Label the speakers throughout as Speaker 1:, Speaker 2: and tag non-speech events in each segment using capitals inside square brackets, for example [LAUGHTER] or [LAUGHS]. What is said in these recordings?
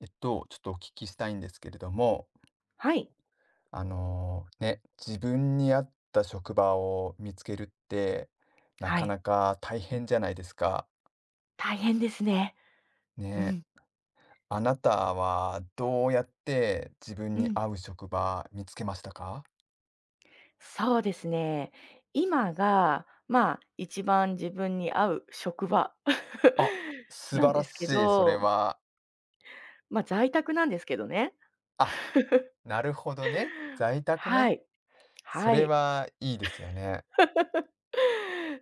Speaker 1: ちょっとお聞きしたいんですけれども、
Speaker 2: はい。
Speaker 1: 自分に合った職場を見つけるって、な
Speaker 2: は
Speaker 1: か
Speaker 2: い。
Speaker 1: なか大変じゃないですか。
Speaker 2: 大変ですね。う
Speaker 1: ね、
Speaker 2: ん。
Speaker 1: あなたはどうやって自分
Speaker 2: う
Speaker 1: に
Speaker 2: ん。
Speaker 1: 合う職場見つけましたか。
Speaker 2: そうですね。今が、一番自分に合う職場
Speaker 1: あ、
Speaker 2: [LAUGHS]
Speaker 1: 素
Speaker 2: な
Speaker 1: 晴
Speaker 2: んで
Speaker 1: ら
Speaker 2: すけ
Speaker 1: しい、それ
Speaker 2: ど、
Speaker 1: は。
Speaker 2: 在宅なんですけどね。
Speaker 1: あ、なるほどね。在宅
Speaker 2: は
Speaker 1: ね。
Speaker 2: い。
Speaker 1: そ
Speaker 2: は
Speaker 1: れ
Speaker 2: い。
Speaker 1: はいいですよね。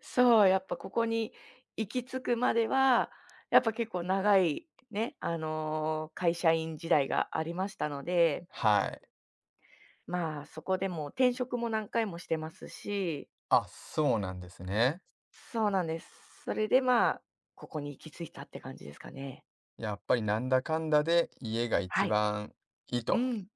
Speaker 2: そう、やっぱここに行き着くまでは、やっぱ結構長いね、会社員時代がありましたので、
Speaker 1: はい。
Speaker 2: そこでも転職も何回もしてますし、
Speaker 1: あ、そうなんですね。
Speaker 2: そうなんです。それで、ここに行き着いたって感じですかね。
Speaker 1: やっぱりなんだかんだで家が一
Speaker 2: はい。
Speaker 1: 番いい
Speaker 2: う
Speaker 1: と。
Speaker 2: ん。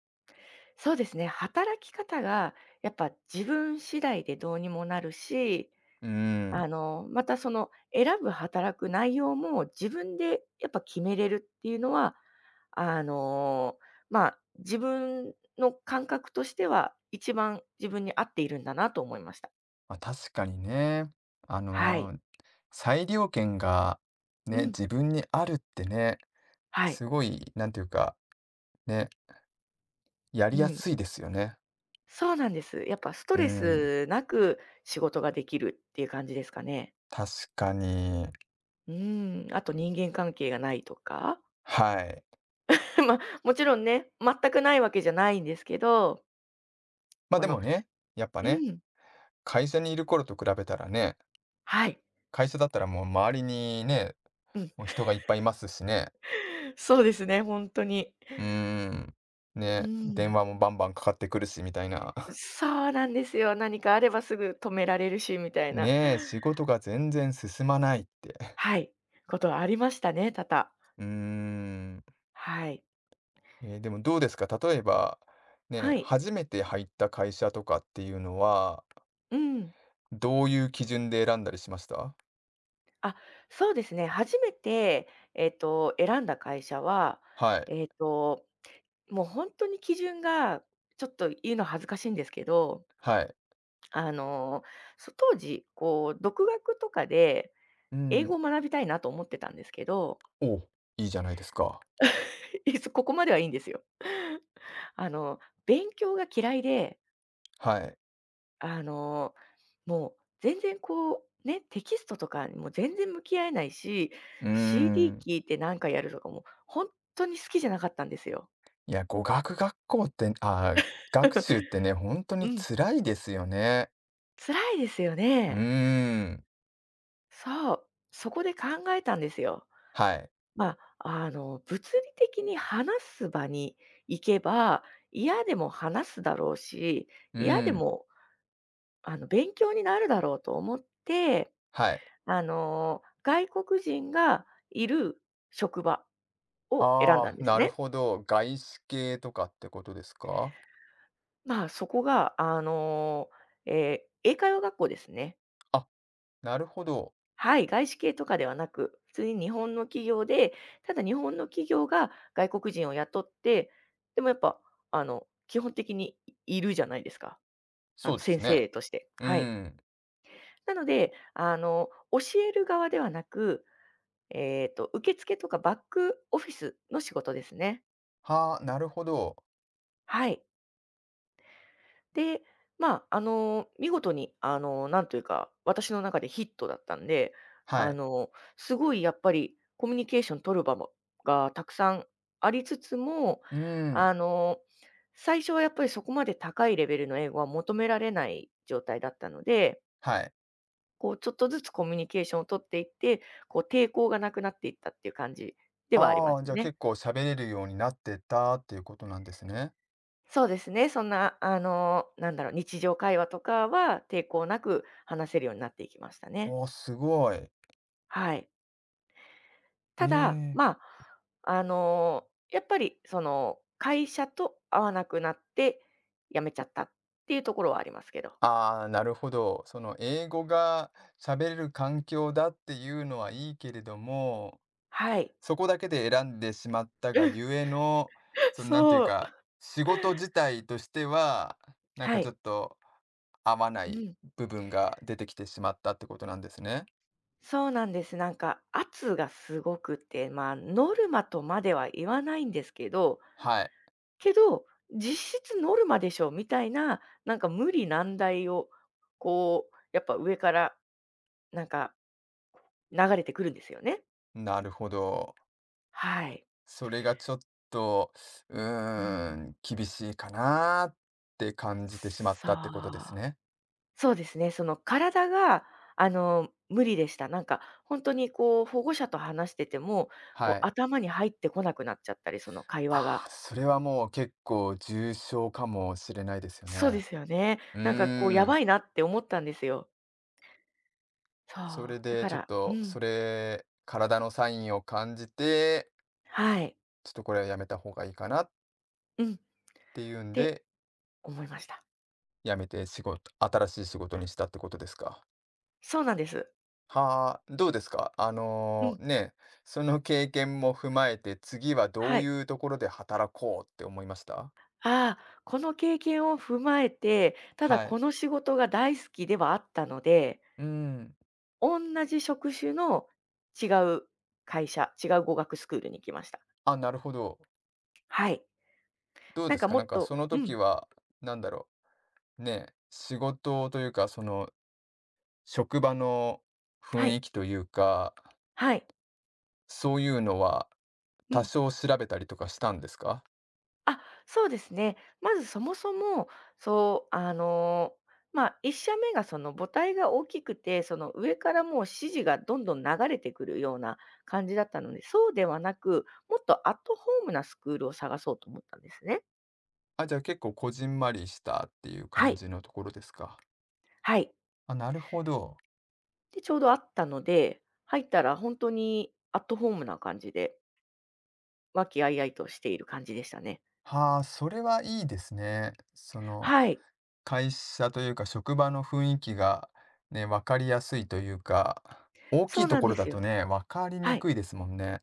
Speaker 2: そうですね。働き方がやっぱ自分次第でどうにもなるし、
Speaker 1: うん、
Speaker 2: またその選ぶ働く内容も自分でやっぱ決めれるっていうのは、あの、自分の感覚としては一番自分に合っているんだなと思いました。
Speaker 1: まあ、確かにね。あ
Speaker 2: は
Speaker 1: の
Speaker 2: い。
Speaker 1: ー、裁量権が
Speaker 2: う
Speaker 1: ね、
Speaker 2: ん。
Speaker 1: 自分にあるってね、
Speaker 2: はい。
Speaker 1: すごい、なんていうか、ね、やり
Speaker 2: う
Speaker 1: や
Speaker 2: ん。
Speaker 1: すいですよね。
Speaker 2: そうなんです。やっぱスト
Speaker 1: う
Speaker 2: レ
Speaker 1: ん、
Speaker 2: スなく仕事ができるっていう感じですかね。
Speaker 1: 確かに。
Speaker 2: うん、あと人間関係がないとか。
Speaker 1: はい。
Speaker 2: [LAUGHS] もちろんね、全くないわけじゃないんですけど、
Speaker 1: ま、あ
Speaker 2: こ
Speaker 1: で
Speaker 2: の
Speaker 1: もね、やっぱ
Speaker 2: う
Speaker 1: ね、
Speaker 2: ん、
Speaker 1: 会社にいる頃と比べたらね、
Speaker 2: はい、
Speaker 1: 会社だったらもう周りにね、
Speaker 2: うん。
Speaker 1: もう人がいっぱいいますしね。
Speaker 2: [LAUGHS] そうですね、本当に。
Speaker 1: うーん、
Speaker 2: う
Speaker 1: ね、電
Speaker 2: ん。
Speaker 1: 話もバンバンかかってくるしみたいな。[LAUGHS]
Speaker 2: そうなんですよ。何かあればすぐ止められるしみたいな、
Speaker 1: ねえ、仕事が全然進まないって。
Speaker 2: はい、ことはありましたね、多々。
Speaker 1: うーん。
Speaker 2: はい。
Speaker 1: えー、でもどうですか例えば、ね、
Speaker 2: はい。
Speaker 1: 初めて入った会社とかっていうのは、
Speaker 2: うん。
Speaker 1: どういう基準で選んだりしました。
Speaker 2: あ、そうですね。初めて、選んだ会社は、
Speaker 1: はい。
Speaker 2: えっと、もう本当に基準が、ちょっと言うの恥ずかしいんですけど、
Speaker 1: はい。
Speaker 2: あの、当時、独学とかで
Speaker 1: う
Speaker 2: 英
Speaker 1: ん。
Speaker 2: 語を学びたいなと思ってたんですけど、
Speaker 1: お、いいじゃないですか。
Speaker 2: [LAUGHS] いつここまではいいんですよ。[LAUGHS] あの、勉強が嫌いで
Speaker 1: はい。
Speaker 2: あの、もう全然ね、テキストとかにも全然向き合えないし、
Speaker 1: うー
Speaker 2: CD 聴
Speaker 1: ん。
Speaker 2: いてなんかやるとかも、本当に好きじゃなかったんですよ。
Speaker 1: いや、語学学校って、あー、学習ってね、本当
Speaker 2: [LAUGHS] う
Speaker 1: に
Speaker 2: ん、
Speaker 1: 辛いですよね。
Speaker 2: 辛いですよ
Speaker 1: うー
Speaker 2: ね。
Speaker 1: ん。
Speaker 2: そう、そこで考えたんですよ。
Speaker 1: はい。
Speaker 2: 物理的に話す場に行けば、嫌でも話すだろうし、
Speaker 1: う
Speaker 2: 嫌で
Speaker 1: ん。
Speaker 2: も、勉強になるだろうと思って、
Speaker 1: はい。
Speaker 2: 外国人がいる職場を選んだん
Speaker 1: ああ、
Speaker 2: です
Speaker 1: なる
Speaker 2: ね。
Speaker 1: ほど。外資系とかってことですか。
Speaker 2: そこが、えー英会話学校ですね。
Speaker 1: あ、なるほど。
Speaker 2: はい、外資系とかではなく、普通に日本の企業で、ただ日本の企業が外国人を雇って、でもやっぱ、基本的にいるじゃないですか。
Speaker 1: そうです
Speaker 2: 先
Speaker 1: ね。
Speaker 2: 生として。
Speaker 1: う
Speaker 2: はい。
Speaker 1: ん。
Speaker 2: なので、教える側ではなく、受付とかバックオフィスの仕事ですね。
Speaker 1: はあ、なるほど。
Speaker 2: はい。で、見事に、なんというか、私の中でヒットだったんで、
Speaker 1: は
Speaker 2: あ
Speaker 1: い。
Speaker 2: の、すごいやっぱりコミュニケーション取る場もがたくさんありつつも、
Speaker 1: うーん、
Speaker 2: あの、最初はやっぱりそこまで高いレベルの英語は求められない状態だったので、
Speaker 1: はい。
Speaker 2: ちょっとずつコミュニケーションを取っていって、抵抗がなくなっていったっていう感じではありま
Speaker 1: ああ、
Speaker 2: す
Speaker 1: じ
Speaker 2: よ
Speaker 1: ゃあ
Speaker 2: ね。
Speaker 1: 結構喋れるようになってたっていうことなんですね。
Speaker 2: そうですね。そんな、なんだろう、日常会話とかは抵抗なく話せるようになっていきましたね。
Speaker 1: おー、すごい。
Speaker 2: はい。
Speaker 1: え
Speaker 2: ただ、
Speaker 1: え。
Speaker 2: やっぱりその会社と合わなくなって辞めちゃったっていうところはありますけど。
Speaker 1: ああ、なるほど。その英語が喋れる環境だっていうのはいいけれども、
Speaker 2: はい。
Speaker 1: そこだけで選んでしまったが
Speaker 2: うん、
Speaker 1: ゆえの、そのなんていう
Speaker 2: そ
Speaker 1: か、
Speaker 2: う。
Speaker 1: 仕事自体としては、なん
Speaker 2: は
Speaker 1: かちょ
Speaker 2: い。
Speaker 1: っと合わな
Speaker 2: う
Speaker 1: い
Speaker 2: ん。
Speaker 1: 部分が出てきてしまったってことなんですね。
Speaker 2: そうなんです。なんか圧がすごくて、ノルマとまでは言わないんですけど、
Speaker 1: はい、
Speaker 2: けど、実質ノルマでしょみたいな、なんか無理難題を、やっぱ上から、なんか、流れてくるんですよね。
Speaker 1: なるほど。
Speaker 2: はい。
Speaker 1: それがちょっと、う
Speaker 2: う
Speaker 1: ー
Speaker 2: ん。
Speaker 1: ん、厳しいかなって感じてしまっ
Speaker 2: そう。
Speaker 1: たってことですね。
Speaker 2: そうですね、その体が、無理でした。なんか、本当に保護者と話してても、
Speaker 1: はい。
Speaker 2: 頭に入ってこなくなっちゃったり、その会話が。
Speaker 1: ああ、それはもう結構重症かもしれないですよ
Speaker 2: そう
Speaker 1: ね。
Speaker 2: ですよね。
Speaker 1: う
Speaker 2: なんか
Speaker 1: ー
Speaker 2: や
Speaker 1: ん。
Speaker 2: ばいなって思ったんですよ。そ
Speaker 1: そ
Speaker 2: う、
Speaker 1: れ
Speaker 2: だ
Speaker 1: で
Speaker 2: か
Speaker 1: ちょっ
Speaker 2: らう
Speaker 1: と、
Speaker 2: ん、
Speaker 1: それ、体のサインを感じて、
Speaker 2: はい。
Speaker 1: ちょっとこれはやめた方がいいかなっ
Speaker 2: うん、っ
Speaker 1: ていうん
Speaker 2: て
Speaker 1: で、
Speaker 2: 思いました。
Speaker 1: やめて仕事、新しい仕事にしたってことですか。
Speaker 2: そうなんです。
Speaker 1: はあ、どうですか？あ
Speaker 2: う
Speaker 1: の、
Speaker 2: ん。
Speaker 1: ね、その経験も踏まえて、次はど
Speaker 2: は
Speaker 1: う
Speaker 2: い。
Speaker 1: いうところで働こうって思いました？
Speaker 2: ああ、この経験を踏まえて、ただ
Speaker 1: は
Speaker 2: こ
Speaker 1: い。
Speaker 2: の仕事が大好きではあったので、
Speaker 1: うーん、
Speaker 2: 同じ職種の違う会社、違う語学スクールに行きました。
Speaker 1: あ、なるほど。
Speaker 2: はい。
Speaker 1: どう
Speaker 2: な
Speaker 1: で
Speaker 2: ん
Speaker 1: す
Speaker 2: か
Speaker 1: か？
Speaker 2: も
Speaker 1: なん
Speaker 2: っ
Speaker 1: かそ
Speaker 2: と
Speaker 1: の
Speaker 2: う
Speaker 1: 時
Speaker 2: ん、
Speaker 1: は、なんだろう、ね、仕事というか、その職場の
Speaker 2: は
Speaker 1: 雰囲
Speaker 2: い、
Speaker 1: 気というか、
Speaker 2: はい。
Speaker 1: そういうのは
Speaker 2: う
Speaker 1: 多
Speaker 2: ん。
Speaker 1: 少調べたりとかしたんですか？
Speaker 2: あ、そうですね。まずそもそも、そう、1社目がその母体が大きくて、その上からもう指示がどんどん流れてくるような感じだったので、そうではなく、もっとアットホームなスクールを探そうと思ったんですね。
Speaker 1: あ、じゃあ結構こじんまりしたっていう
Speaker 2: は
Speaker 1: 感
Speaker 2: い、
Speaker 1: じのところですか？
Speaker 2: はい。
Speaker 1: あ、なるほど。
Speaker 2: で、ちょうどあったので、入ったら本当にアットホームな感じで、和気あいあいとしている感じでしたね。
Speaker 1: はあ、それはいいですね。その、
Speaker 2: はい、
Speaker 1: 会社というか職場の雰囲気がね、分かりやすいというか、大き
Speaker 2: そ
Speaker 1: い
Speaker 2: う
Speaker 1: と
Speaker 2: なん
Speaker 1: こ
Speaker 2: で
Speaker 1: ろだ
Speaker 2: す
Speaker 1: と
Speaker 2: よ。
Speaker 1: ね、分かり
Speaker 2: は
Speaker 1: に
Speaker 2: い。
Speaker 1: くいですもんね。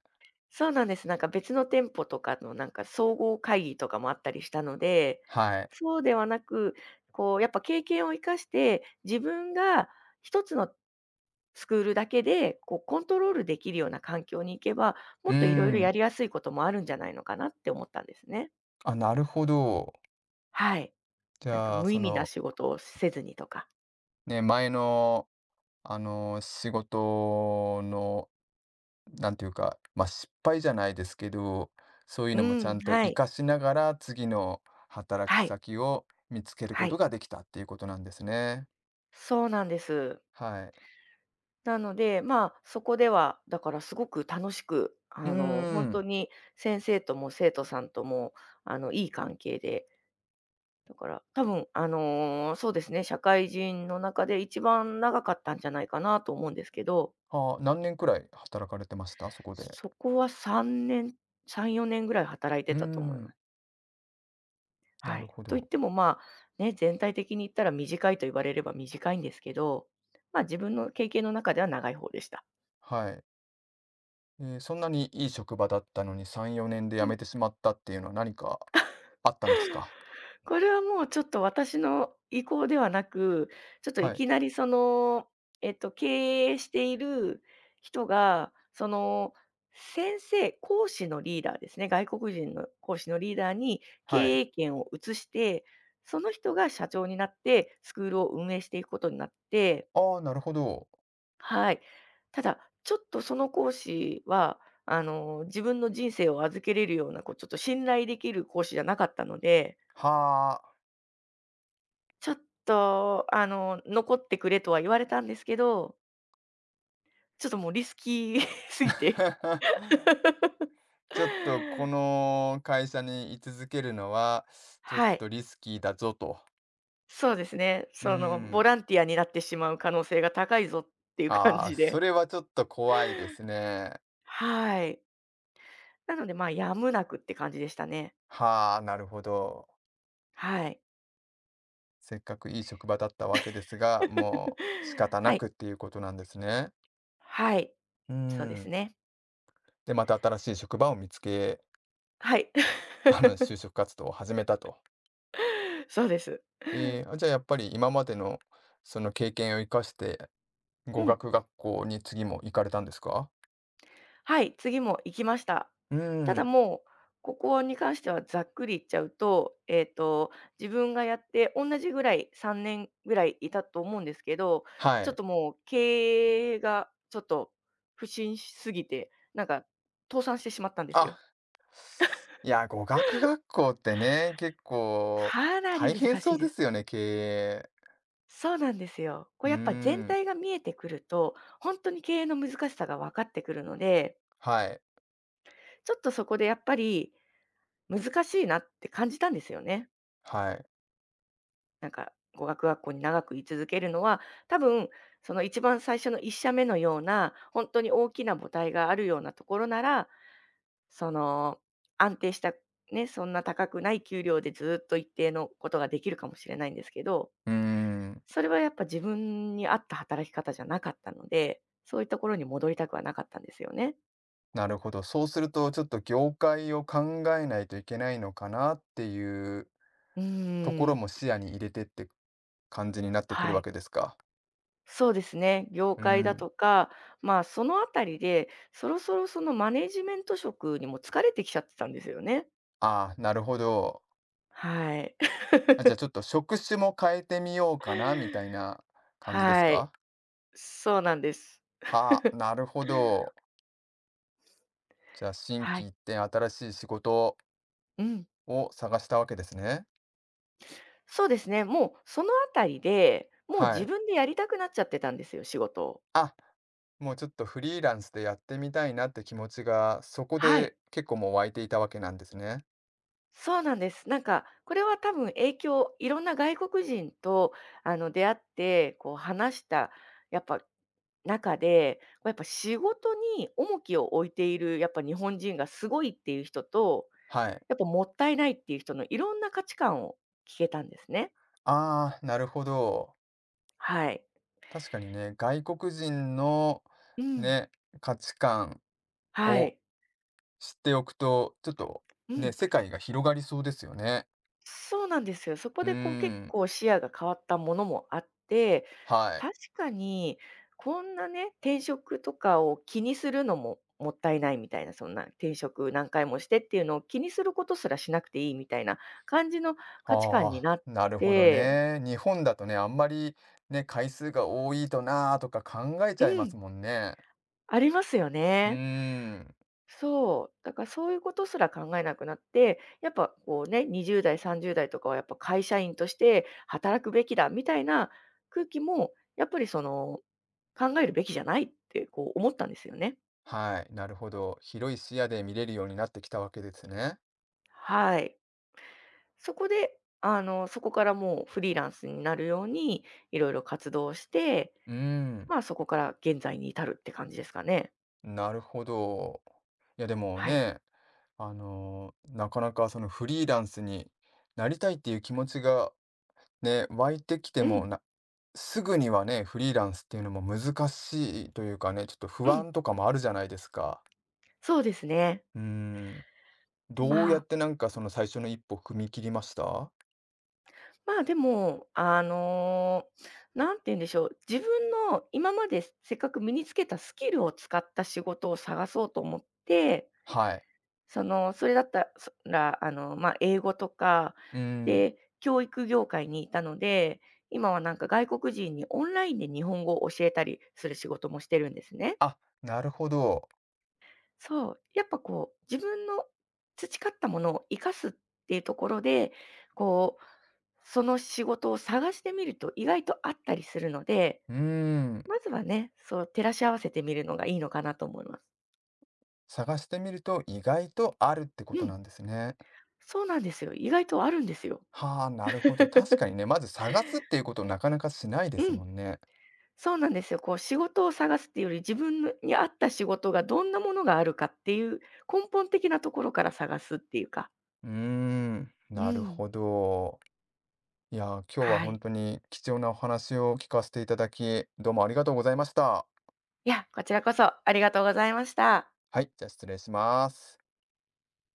Speaker 2: そうなんです。なんか別の店舗とかのなんか総合会議とかもあったりしたので、
Speaker 1: はい。
Speaker 2: そうではなく、こうやっぱ経験を生かして、自分が一つのスクールだけで、こうコントロールできるような環境に行けば、も
Speaker 1: うー
Speaker 2: っといろいろやり
Speaker 1: ん。
Speaker 2: やすいこともあるんじゃないのかなって思ったんですね。
Speaker 1: あ、なるほど。
Speaker 2: はい。
Speaker 1: じ
Speaker 2: なんか
Speaker 1: ゃあ、
Speaker 2: 無
Speaker 1: そ
Speaker 2: 意味な
Speaker 1: の、
Speaker 2: 仕事をせずにとか。
Speaker 1: ね、前の、仕事の、なんていうか、ま、あ失敗じゃないですけど、そういう
Speaker 2: う
Speaker 1: のもちゃ
Speaker 2: ん、
Speaker 1: んと
Speaker 2: は
Speaker 1: 活
Speaker 2: い。
Speaker 1: かしながら、次の働き
Speaker 2: はい。
Speaker 1: 先を見つけるこ
Speaker 2: は
Speaker 1: と
Speaker 2: い。
Speaker 1: ができたっていうことなんですね。
Speaker 2: そうなんです。
Speaker 1: はい。
Speaker 2: なので、そこでは、だからすごく楽しく、
Speaker 1: うー
Speaker 2: 本当
Speaker 1: ん。
Speaker 2: に先生とも生徒さんとも、いい関係で、だから多分、そうですね、社会人の中で一番長かったんじゃないかなと思うんですけど、
Speaker 1: はあ、何年くらい働かれてました？そこで。
Speaker 2: そこは3年、3、4年ぐらい働い
Speaker 1: う
Speaker 2: て
Speaker 1: ー
Speaker 2: たと思いま
Speaker 1: ん、
Speaker 2: す。
Speaker 1: な
Speaker 2: は
Speaker 1: る
Speaker 2: い。
Speaker 1: ほ
Speaker 2: と言っ
Speaker 1: ど。
Speaker 2: ても、ね、全体的に言ったら短いと言われれば短いんですけど、自分の経験の中では長い方でした。
Speaker 1: はい。えーそんなにいい職場だったのに3、4年で辞めてしまったっていうのは何かあったんですか？
Speaker 2: これはもうちょっと私の意向ではなく、ちょっと
Speaker 1: は
Speaker 2: い
Speaker 1: い。
Speaker 2: きなり経営している人が、講師のリーダーですね、外国人の講師のリーダーに
Speaker 1: はい。
Speaker 2: 経営権を移して、その人が社長になって、スクールを運営していくことになって、
Speaker 1: ああ、なるほど。
Speaker 2: はい。ただ、ちょっとその講師は、自分の人生を預けれるような、ちょっと信頼できる講師じゃなかったので、
Speaker 1: はあ。
Speaker 2: ちょっと、残ってくれとは言われたんですけど、ちょっともうリスキー [LAUGHS] すぎ
Speaker 1: [LAUGHS]
Speaker 2: て。
Speaker 1: ちょっとこの会社に居続けるのは、ちょっ
Speaker 2: は
Speaker 1: と
Speaker 2: い、
Speaker 1: リスキーだぞと。
Speaker 2: そうですね。
Speaker 1: うー
Speaker 2: ボ
Speaker 1: ん。
Speaker 2: ランティアになってしまう可能性が高いぞっていう感
Speaker 1: ああ、
Speaker 2: じ
Speaker 1: そ
Speaker 2: で。
Speaker 1: れはちょっと怖いですね。
Speaker 2: はい。なので、やむなくって感じでしたね。
Speaker 1: はあ、なるほど。
Speaker 2: はい。
Speaker 1: せっかくいい職場だったわけですが、もう仕
Speaker 2: [LAUGHS]
Speaker 1: 方
Speaker 2: は
Speaker 1: な
Speaker 2: い。
Speaker 1: くっていうことなんですね。
Speaker 2: はい、
Speaker 1: うー
Speaker 2: そうで
Speaker 1: ん。
Speaker 2: すね。
Speaker 1: で、また新しい職場を見つけ、
Speaker 2: はい。
Speaker 1: [LAUGHS] 就
Speaker 2: [LAUGHS]
Speaker 1: 職活動を始めたと。
Speaker 2: そうです。
Speaker 1: えーあ、じゃあやっぱり今までのその経験を生かして、
Speaker 2: う
Speaker 1: 語
Speaker 2: ん。
Speaker 1: 学学校に次も行かれたんですか？
Speaker 2: はい、次も行きました。
Speaker 1: うー
Speaker 2: ただ
Speaker 1: ん。
Speaker 2: もう、ここに関してはざっくり言っちゃうと、自分がやって同じぐらい、3年ぐらいいたと思うんですけど、
Speaker 1: は
Speaker 2: ちょっ
Speaker 1: い。
Speaker 2: ともう経営がちょっと不振しすぎて、なんか倒産してしまったんです
Speaker 1: あ、
Speaker 2: よ。
Speaker 1: いや、語学学校ってね、結構
Speaker 2: かなり
Speaker 1: 大変
Speaker 2: 難
Speaker 1: そ
Speaker 2: し
Speaker 1: う
Speaker 2: いで
Speaker 1: で
Speaker 2: す。
Speaker 1: すよね、経営。
Speaker 2: そうなんですよ。こ
Speaker 1: う
Speaker 2: う
Speaker 1: ー
Speaker 2: やっぱ全
Speaker 1: ん。
Speaker 2: 体が見えてくると、本当に経営の難しさが分かってくるので、
Speaker 1: はい、
Speaker 2: ちょっとそこでやっぱり難しいなって感じたんですよね。
Speaker 1: はい。
Speaker 2: なんか、語学学校に長く居続けるのは、多分、その一番最初の一社目のような、本当に大きな母体があるようなところなら、その、安定した、ね、そんな高くない給料でずっと一定のことができるかもしれないんですけど、
Speaker 1: うーん。
Speaker 2: それはやっぱ自分に合った働き方じゃなかったので、そういうところに戻りたくはなかったんですよね。
Speaker 1: なるほど。そうすると、ちょっと業界を考えないといけないのかなっていう
Speaker 2: う
Speaker 1: とこ
Speaker 2: ー
Speaker 1: ろ
Speaker 2: ん。
Speaker 1: も視野に入れてって感じになってくる
Speaker 2: は
Speaker 1: わ
Speaker 2: い。
Speaker 1: けですか。
Speaker 2: そうですね、業
Speaker 1: う
Speaker 2: 界だ
Speaker 1: ん。
Speaker 2: とか、まあ、そのあたりで、そろそろそのマネジメント職にも疲れてきちゃってたんですよね。
Speaker 1: ああ、なるほど。
Speaker 2: はい。[LAUGHS]
Speaker 1: あ、じゃあちょっと職種も変えてみようかなみたいな感じです
Speaker 2: はい。
Speaker 1: か？
Speaker 2: そうなんです。
Speaker 1: はあ、なるほど。じゃあ心
Speaker 2: は
Speaker 1: 機一
Speaker 2: い。
Speaker 1: 転、新しい仕事
Speaker 2: うん。
Speaker 1: を探したわけですね。
Speaker 2: そうですね、もうそのあたりで、もう
Speaker 1: は
Speaker 2: 自
Speaker 1: い。
Speaker 2: 分でやりたくなっちゃってたんですよ、仕事を。
Speaker 1: あ、もうちょっとフリーランスでやってみたいなって気持ちが、そこ
Speaker 2: はい。
Speaker 1: で結構もう湧いていたわけなんですね。
Speaker 2: そうなんです。なんか、これは多分影響いろんな外国人と、出会って、こう話した、やっぱ中で、こうやっぱ仕事に重きを置いている、やっぱ日本人がすごいっていう人と、
Speaker 1: はい。
Speaker 2: やっぱもったいないっていう人のいろんな価値観を聞けたんですね。
Speaker 1: ああ、なるほど。
Speaker 2: はい。
Speaker 1: 確かにね、外国人の
Speaker 2: うん。
Speaker 1: ね、価値観
Speaker 2: は
Speaker 1: を
Speaker 2: い。
Speaker 1: 知っておくと、ちょっと
Speaker 2: う
Speaker 1: ね、
Speaker 2: ん。
Speaker 1: 世界が広がりそうですよね。
Speaker 2: そうなんですよ。そこ
Speaker 1: うー
Speaker 2: でこう結
Speaker 1: ん、
Speaker 2: 構視野が変わったものもあって、
Speaker 1: はい。
Speaker 2: 確かにこんなね、転職とかを気にするのももったいないみたいな、そんな転職何回もしてっていうのを気にすることすらしなくていいみたいな感じの価値観に
Speaker 1: ああ、
Speaker 2: なっ
Speaker 1: なるほど
Speaker 2: て、
Speaker 1: ね。日本だとね、あんまりね、回数が多いとなーとか考えち
Speaker 2: う
Speaker 1: ゃいます
Speaker 2: ん、
Speaker 1: もんね。
Speaker 2: ありますよ
Speaker 1: うー
Speaker 2: ね。
Speaker 1: ん、
Speaker 2: そう、だからそういうことすら考えなくなって、やっぱこうね、20代、30代とかはやっぱ会社員として働くべきだみたいな空気も、やっぱりその、考えるべきじゃないってこう思ったんですよね。
Speaker 1: はい、なるほど。広い視野で見れるようになってきたわけですね。
Speaker 2: はい。そこで、そこからもうフリーランスになるように、いろいろ活動して、
Speaker 1: うーん。
Speaker 2: まあそこから現在に至るって感じですかね。
Speaker 1: なるほど。いやでも
Speaker 2: はい。
Speaker 1: ね、なかなかそのフリーランスになりたいっていう気持ちがね、湧いてきて
Speaker 2: う
Speaker 1: も
Speaker 2: ん、
Speaker 1: な、すぐにはね、フリーランスっていうのも難しいというかね、ちょっと不
Speaker 2: うん、
Speaker 1: 安とかもあるじゃないですか。
Speaker 2: そうですね。
Speaker 1: うーん。どう
Speaker 2: ま
Speaker 1: やっ
Speaker 2: あ
Speaker 1: てなんかその最初の一歩踏み切りました。
Speaker 2: まあ、でも、何て言うんでしょう、自分の今までせっかく身につけたスキルを使った仕事を探そうと思って、
Speaker 1: はい。
Speaker 2: それだったら、まあ、英語とか、
Speaker 1: うーん。
Speaker 2: で、教育業界にいたので、今はなんか外国人にオンラインで日本語を教えたりする仕事もしてるんですね。
Speaker 1: あ、なるほど。
Speaker 2: そう、やっぱこう、自分の培ったものを生かすっていうところで、こう、その仕事を探してみると意外とあったりするので、
Speaker 1: うーん。
Speaker 2: まずはね、そう、照らし合わせてみるのがいいのかなと思います。
Speaker 1: 探してみると意外とあるってこ
Speaker 2: う
Speaker 1: と
Speaker 2: ん、
Speaker 1: なんですね。
Speaker 2: そうなんですよ。意外とあるんですよ。
Speaker 1: はあ、なるほど。確
Speaker 2: [LAUGHS]
Speaker 1: かにね、まず探すっていうことをなかなかしないで
Speaker 2: う
Speaker 1: すも
Speaker 2: ん、
Speaker 1: んね。
Speaker 2: そうなんですよ。こう、仕事を探すっていうより、自分に合った仕事がどんなものがあるかっていう、根本的なところから探すっていうか。
Speaker 1: うーん、
Speaker 2: う
Speaker 1: なる
Speaker 2: ん。
Speaker 1: ほど。いやー、今日は
Speaker 2: は
Speaker 1: 本
Speaker 2: い。
Speaker 1: 当に貴重なお話を聞かせていただき、どうもありがとうございました。
Speaker 2: いや、こちらこそありがとうございました。
Speaker 1: はい、じゃ、あ失礼します。